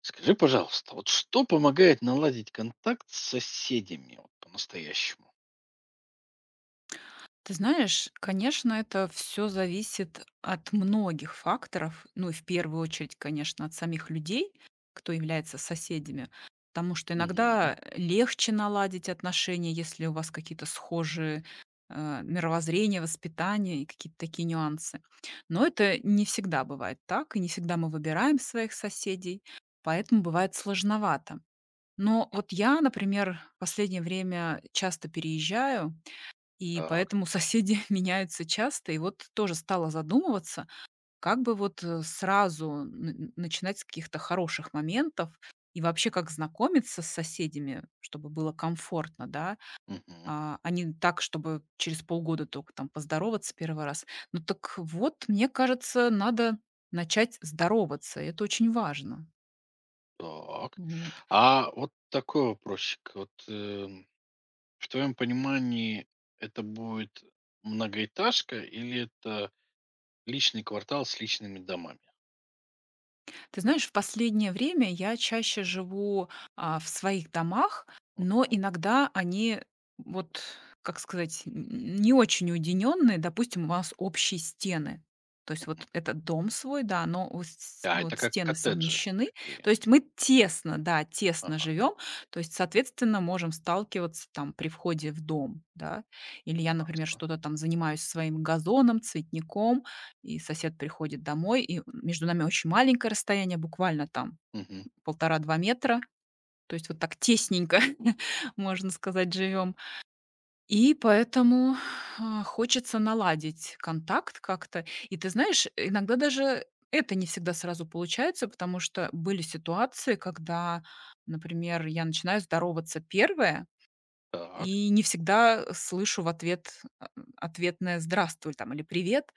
Скажи, пожалуйста, вот что помогает наладить контакт с соседями вот по-настоящему? Ты знаешь, конечно, это все зависит от многих факторов. Ну и в первую очередь, конечно, от самих людей, кто является соседями. Потому что Мгм. иногда легче наладить отношения, если у вас какие-то схожие, мировоззрения, воспитание и какие-то такие нюансы. Но это не всегда бывает так, и не всегда мы выбираем своих соседей, поэтому бывает сложновато. Но вот я, например, в последнее время часто переезжаю и Так. поэтому соседи меняются часто. И вот тоже стала задумываться, как бы вот, сразу н н начинать с каких-то хороших моментов и вообще как знакомиться с соседями, чтобы было комфортно, да, Мгм. а не так, чтобы через полгода только там поздороваться первый раз. Ну так вот, мне кажется, надо начать здороваться. Это очень важно. Так. Вот. А вот такой вопросик. Вот, в твоем понимании это будет многоэтажка или это личный квартал с личными домами? Ты знаешь, в последнее время я чаще живу, в своих домах, но иногда они, вот, как сказать, н не очень уединенные. Допустим, у вас общие стены. То есть Мгм. вот этот дом свой, да, но у с А, это вот как стены коттеджи совмещены. такие. То есть мы тесно, да, тесно Ага. живем. То есть, соответственно, можем сталкиваться там при входе в дом, да. Или я, например, что-то там занимаюсь своим газоном, цветником, и сосед приходит домой, и между нами очень маленькое расстояние, буквально там Мгм. полтора-два метра. То есть вот так тесненько, можно сказать, живем. И поэтому, хочется наладить контакт как-то. И ты знаешь, иногда даже это не всегда сразу получается, потому что были ситуации, когда, например, я начинаю здороваться первая. Так. И не всегда слышу в ответ, ответное "здравствуй" там или "привет".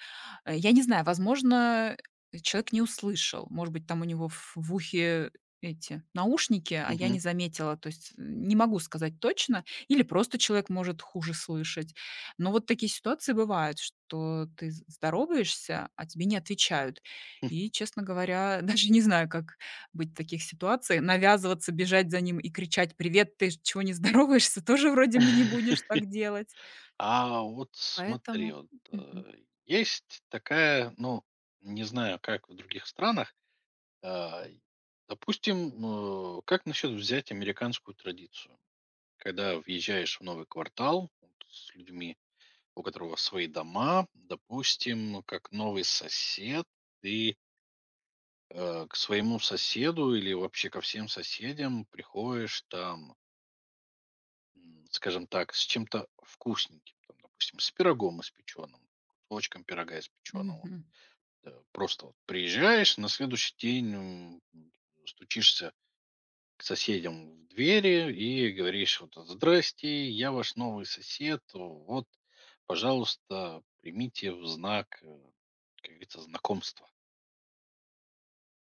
Я не знаю, возможно, человек не услышал. Может быть, там у него в ухе эти наушники, а я Мгм. не заметила. То есть не могу сказать точно. Или просто человек может хуже слышать. Но вот такие ситуации бывают, что ты з здороваешься, а тебе не отвечают. И, честно говоря, даже не знаю, как быть в таких ситуациях. Навязываться, бежать за ним и кричать: "Привет, ты ж чего не здороваешься?" Тоже вроде бы не будешь так делать. А вот Поэтому смотри, мгм, э, есть такая, ну, не знаю, как в других странах, а, и, допустим, как насчет взять американскую традицию? Когда въезжаешь в новый квартал вот с людьми, у которого свои дома, допустим, ну, как новый сосед, ты к своему соседу или вообще ко всем соседям приходишь там М, скажем так, с чем-то вкусненьким, там, допустим, с пирогом испечённым, кусочком пирога испечённого. мгм. Просто вот приезжаешь, на следующий день, м, стучишься к соседям в двери и говоришь: "Вот, здрасте, я ваш новый сосед. Вот, пожалуйста, примите в знак, как говорится, знакомства".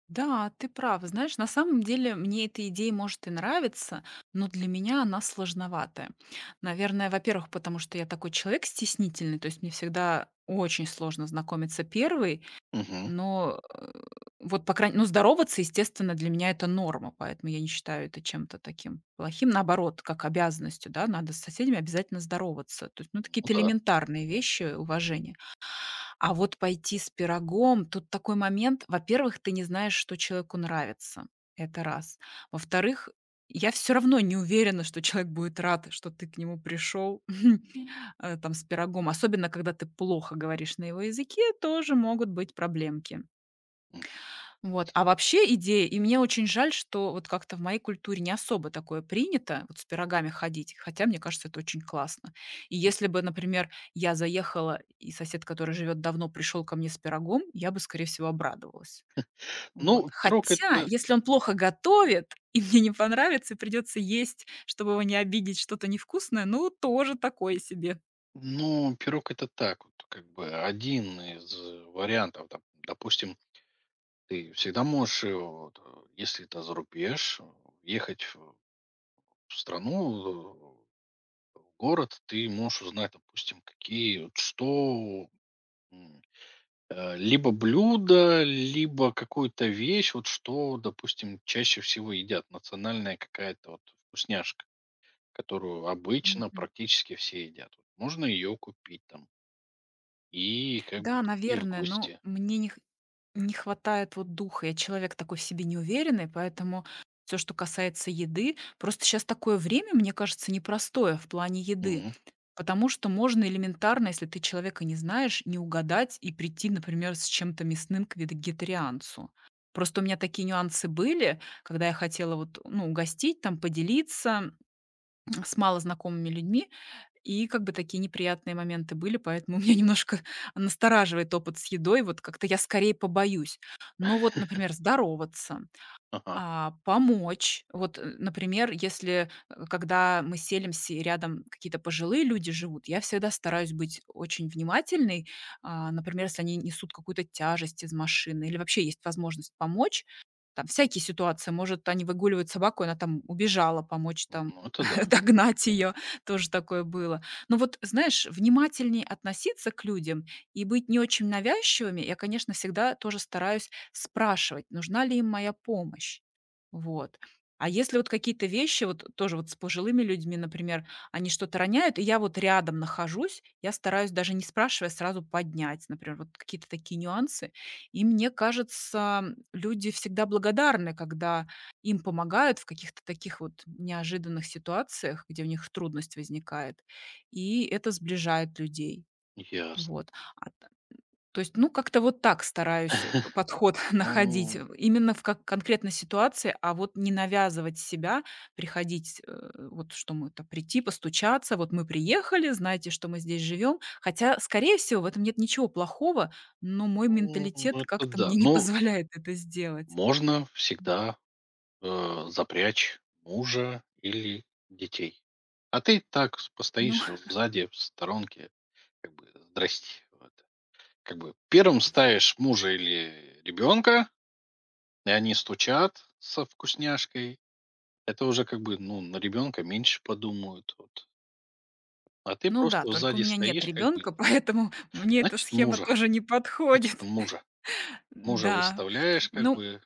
Да, ты прав. Знаешь, на самом деле мне эта идея может и нравится, но для меня она сложноватая. Наверное, во-первых, потому что я такой человек стеснительный, то есть мне всегда очень сложно знакомиться первой. Мгм. Но, вот, по крайней ну, здороваться, естественно, для меня это норма, поэтому я не считаю это чем-то таким плохим. Наоборот, как обязанностью, да, надо с соседями обязательно здороваться. То есть, ну, Ну какие-то да. элементарные вещи уважения. А вот пойти с пирогом, тут такой момент: во-первых, ты не знаешь, что человеку нравится. Это раз. Во-вторых, я все равно не уверена, что человек будет рад, что ты к нему пришел там, с пирогом. Особенно когда ты плохо говоришь на его языке, тоже могут быть проблемки. М. Вот, а вообще идея, и мне очень жаль, что вот как-то в моей культуре не особо такое принято, вот с пирогами ходить, хотя мне кажется, это очень классно. И если бы, например, я заехала, и сосед, который живет давно, пришел ко мне с пирогом, я бы, скорее всего, обрадовалась. Вот. Ну, пирог — Хотя, это если он плохо готовит, и мне не понравится, и придется есть, чтобы его не обидеть, что-то невкусное, ну, тоже такое себе. ну, пирог - это так вот, как бы один из вариантов. Там, допустим, ты всегда можешь, если это за рубеж, ехать в страну, в город, ты можешь узнать, допустим, какие, вот что, м, либо блюдо, либо какую-то вещь, вот что, допустим, чаще всего едят, национальная какая-то вот вкусняшка, которую обычно Мгм. практически все едят. Вот, можно ее купить там и как бы Да, и в наверное, но гости. мне не хватает вот духа. Я человек такой в себе неуверенный, поэтому все, что касается еды просто сейчас такое время, мне кажется, непростое в плане еды, Мгм. потому что можно элементарно, если ты человека не знаешь, не угадать и прийти, например, с чем-то мясным к вегетарианцу. Просто у меня такие нюансы были, когда я хотела вот, ну, угостить, там, поделиться с малознакомыми людьми. И как бы такие неприятные моменты были, поэтому меня немножко настораживает опыт с едой. Вот как-то я скорее побоюсь. Но вот, например, здороваться, Ага. Помочь. Вот, например, если, когда мы селимся и рядом какие-то пожилые люди живут, я всегда стараюсь быть очень внимательной. А, например, если они несут какую-то тяжесть из машины или вообще есть возможность помочь. Там всякие ситуации. Может, они выгуливают собаку, и она там убежала помочь там Ну, это да, догнать ее. Тоже такое было. Но вот, знаешь, внимательнее относиться к людям и быть не очень навязчивыми, я, конечно, всегда тоже стараюсь спрашивать, нужна ли им моя помощь. Вот. А если вот какие-то вещи, вот тоже вот с пожилыми людьми, например, они что-то роняют, и я вот рядом нахожусь, я стараюсь даже не спрашивая а сразу поднять, например, вот какие-то такие нюансы. И мне кажется, люди всегда благодарны, когда им помогают в каких-то таких вот неожиданных ситуациях, где у них трудность возникает, и это сближает людей. ясно. Вот. А то есть, ну, как-то вот так стараюсь п подход находить, Ну, именно в как конкретной ситуации, а вот не навязывать себя, приходить, вот что мы там прийти, постучаться: "Вот мы приехали, знаете, что мы здесь живем". Хотя, скорее всего, в этом нет ничего плохого, но мой ну, менталитет это как-то да. мне не Ну, позволяет это сделать. можно всегда, запрячь мужа или детей. А ты так с Ну постоишь сзади, в сторонке, как бы "здрасте". Вот. Как бы первым ставишь мужа или ребенка, и они стучат со вкусняшкой. Это уже как бы, ну, на ребенка меньше подумают, вот. А ты ну да, просто только у сзади меня нет стоишь, как бы, ребенка, поэтому мне эта значит, схема тоже не подходит. мужа. Мужа Да. выставляешь, как Ну, бы,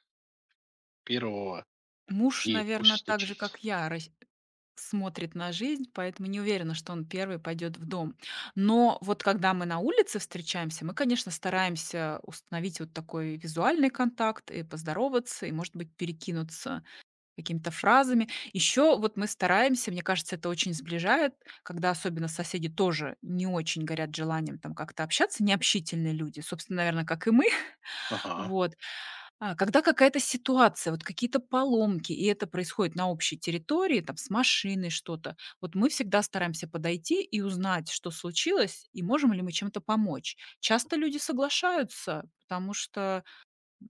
первого, муж, и пусть наверное, так стучит. же, как я, смотрит на жизнь, поэтому не уверена, что он первый пойдет в дом. Но вот когда мы на улице встречаемся, мы, конечно, стараемся установить вот такой визуальный контакт и поздороваться, и, может быть, перекинуться какими-то фразами. Еще вот мы стараемся, мне кажется, это очень сближает, когда особенно соседи тоже не очень горят желанием там как-то общаться, необщительные люди, собственно, наверное, как и мы. Ага, Вот. А, когда какая-то ситуация, вот какие-то поломки, и это происходит на общей территории, там с машиной что-то, вот мы всегда стараемся подойти и узнать, что случилось, и можем ли мы чем-то помочь. Часто люди соглашаются, потому что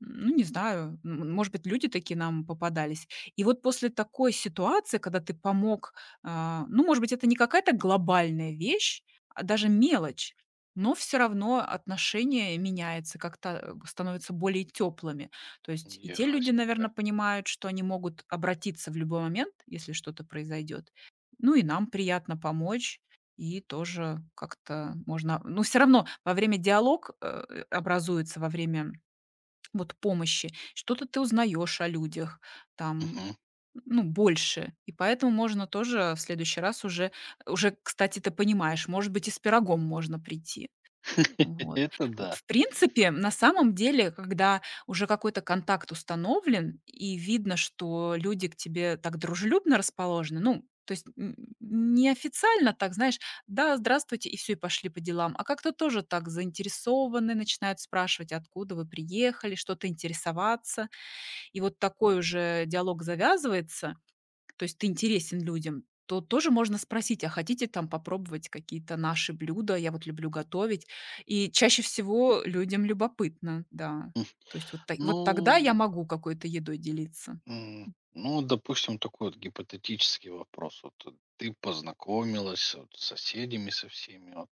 ну, не знаю, может быть, люди такие нам попадались. И вот после такой ситуации, когда ты помог, ну, может быть, это не какая-то глобальная вещь, а даже мелочь, но все равно отношение меняется, как-то становятся более теплыми. То есть и те люди, ясненько. наверное, понимают, что они могут обратиться в любой момент, если что-то произойдет. Ну и нам приятно помочь, и тоже как-то можно... Ну, все равно во время диалог образуется, во время вот помощи. Что-то ты узнаешь о людях, там, Мгм. ну, больше. И поэтому можно тоже в следующий раз уже, кстати, ты понимаешь, может быть, и с пирогом можно прийти. Вот. Это да. В принципе, на самом деле, когда уже какой-то контакт установлен и видно, что люди к тебе так дружелюбно расположены, ну, то есть неофициально так, знаешь, да, здравствуйте, и все, и пошли по делам, а как-то тоже так заинтересованы, начинают спрашивать, откуда вы приехали, что-то интересоваться, и вот такой уже диалог завязывается, то есть ты интересен людям, то тоже можно спросить: "А хотите там попробовать какие-то наши блюда? Я вот люблю готовить". И чаще всего людям любопытно, да. То есть вот та вот Ну, тогда я могу какой-то едой делиться. м, ну, допустим, такой вот гипотетический вопрос. Вот ты познакомилась вот с соседями со всеми. Вот.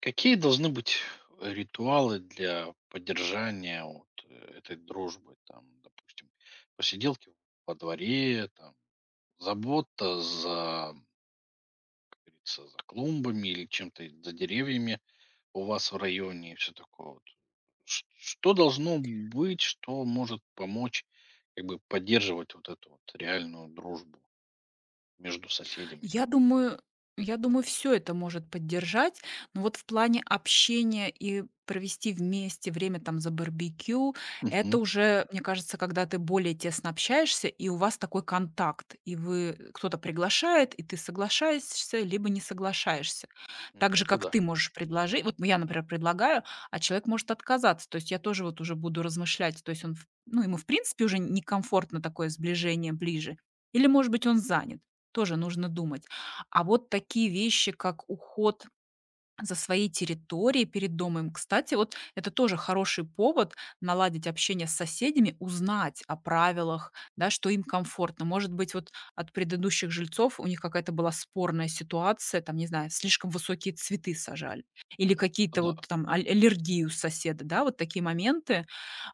Какие должны быть ритуалы для поддержания вот этой дружбы? Там, допустим, посиделки во дворе, там, забота за, как говорится, за клумбами или чем-то за деревьями у вас в районе и всё такое вот. Ш что должно быть, что может помочь как бы поддерживать вот эту вот реальную дружбу между соседями? Я думаю я думаю, все это может поддержать. Но вот в плане общения и провести вместе время там за барбекю- Мгм. это уже, мне кажется, когда ты более тесно общаешься и у вас такой контакт. И вы кто-то приглашает, и ты соглашаешься, либо не соглашаешься. Ну Так же, это как да, ты можешь предложить. Вот я, например, предлагаю, а человек может отказаться. То есть я тоже вот уже буду размышлять. То есть он, ему в принципе уже некомфортно такое сближение ближе или, может быть, он занят. Тоже нужно думать. А вот такие вещи, как уход за своей территорией перед домом. Кстати, вот это тоже хороший повод наладить общение с соседями, узнать о правилах, да, что им комфортно. Может быть, вот от предыдущих жильцов у них какая-то была спорная ситуация, там, не знаю, слишком высокие цветы сажали или это какие-то да. вот там аллергии у соседа, да, вот такие моменты,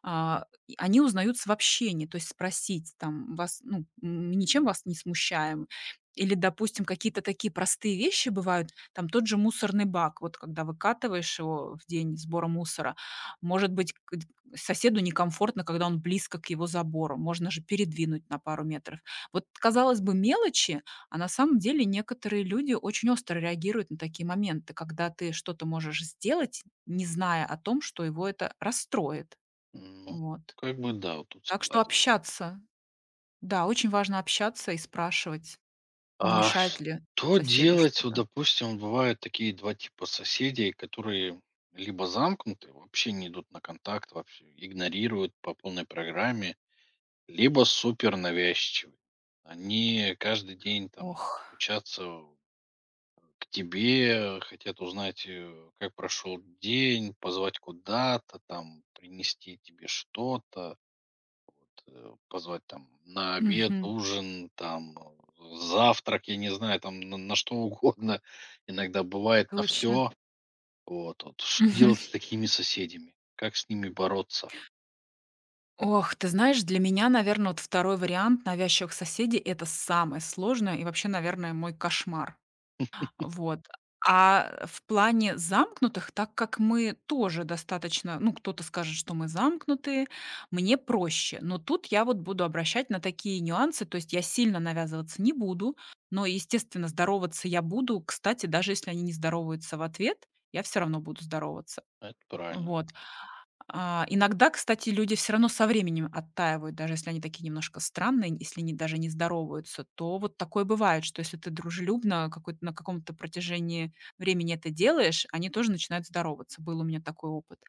и они узнаются в общении, то есть спросить там вас, ну, ничем вас не смущаем, или, допустим, какие-то такие простые вещи бывают, там тот же мусорный бак, вот когда выкатываешь его в день сбора мусора, может быть, к д соседу некомфортно, когда он близко к его забору, можно же передвинуть на пару метров. Вот, казалось бы, мелочи, а на самом деле некоторые люди очень остро реагируют на такие моменты, когда ты что-то можешь сделать, не зная о том, что его это расстроит. Ну, Вот. как бы да, вот тут Так что согласен. общаться, да, очень важно общаться и спрашивать, не А мешает ли что соседу делать? Вот, что-то. допустим, бывают такие 2 типа соседей, которые либо замкнуты, вообще не идут на контакт, вообще игнорируют по полной программе, либо супер навязчивы. Они каждый день там Ох. стучатся к тебе, хотят узнать, как прошел день, позвать куда-то, там принести тебе что-то, вот, позвать там на обед, Мгм. ужин, там завтрак, я не знаю, там на что угодно. Иногда бывает на Точно. все. Вот, вот. Что Мгм. делать с такими соседями? Как с ними бороться? Ох, ты знаешь, для меня, наверное, вот второй вариант навязчивых соседей- это самое сложное и вообще, наверное, мой кошмар. Вот. А в плане замкнутых, так как мы тоже достаточно ну, кто-то скажет, что мы замкнутые, мне проще. Но тут я вот буду обращать на такие нюансы. То есть я сильно навязываться не буду, но, естественно, здороваться я буду. Кстати, даже если они не здороваются в ответ, я все равно буду здороваться. Это правильно. Вот. А, иногда, кстати, люди все равно со временем оттаивают, даже если они такие немножко странные, если они даже не здороваются, то вот такое бывает, что если ты дружелюбно какой-то на каком-то протяжении времени это делаешь, они тоже начинают здороваться. Был у меня такой опыт.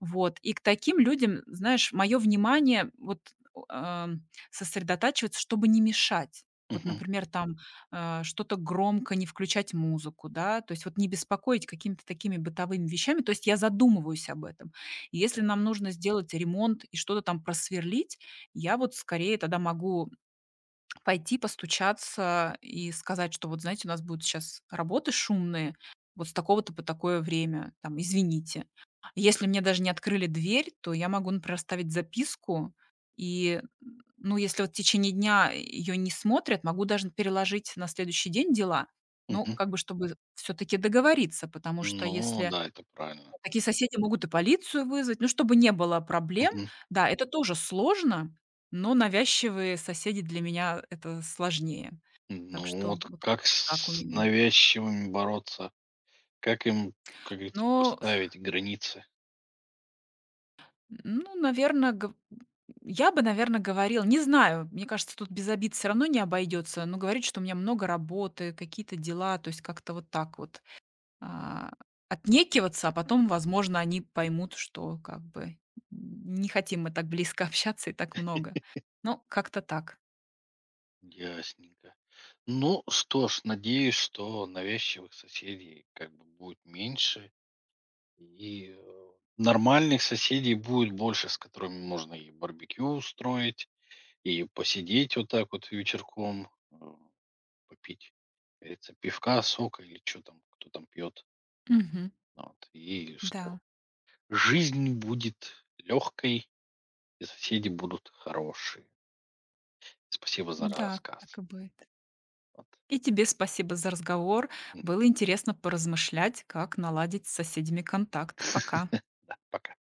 Вот. И к таким людям, знаешь, мое внимание вот, а, сосредотачивается, чтобы не мешать. Вот, Мгм. например, там, что-то громко, не включать музыку, да, то есть вот не беспокоить какими-то такими бытовыми вещами. То есть я задумываюсь об этом. И Я- если нам нужно сделать ремонт и что-то там просверлить, я вот скорее тогда могу пойти постучаться и сказать, что вот, знаете, у нас будут сейчас работы шумные, вот с такого-то по такое время, там, извините. Если мне даже не открыли дверь, то я могу, например, оставить записку, и, ну, если вот в течение дня ее не смотрят, могу даже переложить на следующий день дела, ну, мгм. как бы чтобы все-таки договориться, потому что Ну если да, это правильно. такие соседи могут и полицию вызвать, ну, чтобы не было проблем. Мгм. Да, это тоже сложно, но навязчивые соседи для меня- это сложнее. Так Ну что вот вот как как-то так у с меня. навязчивыми бороться? Как им, как говорится, Но, поставить границы? ну, наверное, я бы, наверное, говорила, не знаю, мне кажется, тут без обид все равно не обойдется. Но говорить, что у меня много работы, какие-то дела, то есть как-то вот так вот. а, отнекиваться, а потом, возможно, они поймут, что как бы не хотим мы так близко общаться и так много. Ну, как-то так. Ясненько. Ну что ж, надеюсь, что навязчивых соседей как бы будет меньше, и нормальных соседей будет больше, с которыми можно и барбекю устроить, и посидеть вот так вот вечерком, попить, как говорится, пивка, сока или что там, кто там пьет. Мгм. Вот. И что? Да, Жизнь будет легкой, и соседи будут хорошие. Спасибо за да, так рассказ. и будет. Вот. И тебе спасибо за разговор. М, Было интересно поразмышлять, как наладить с соседями контакт. Пока. да, пока.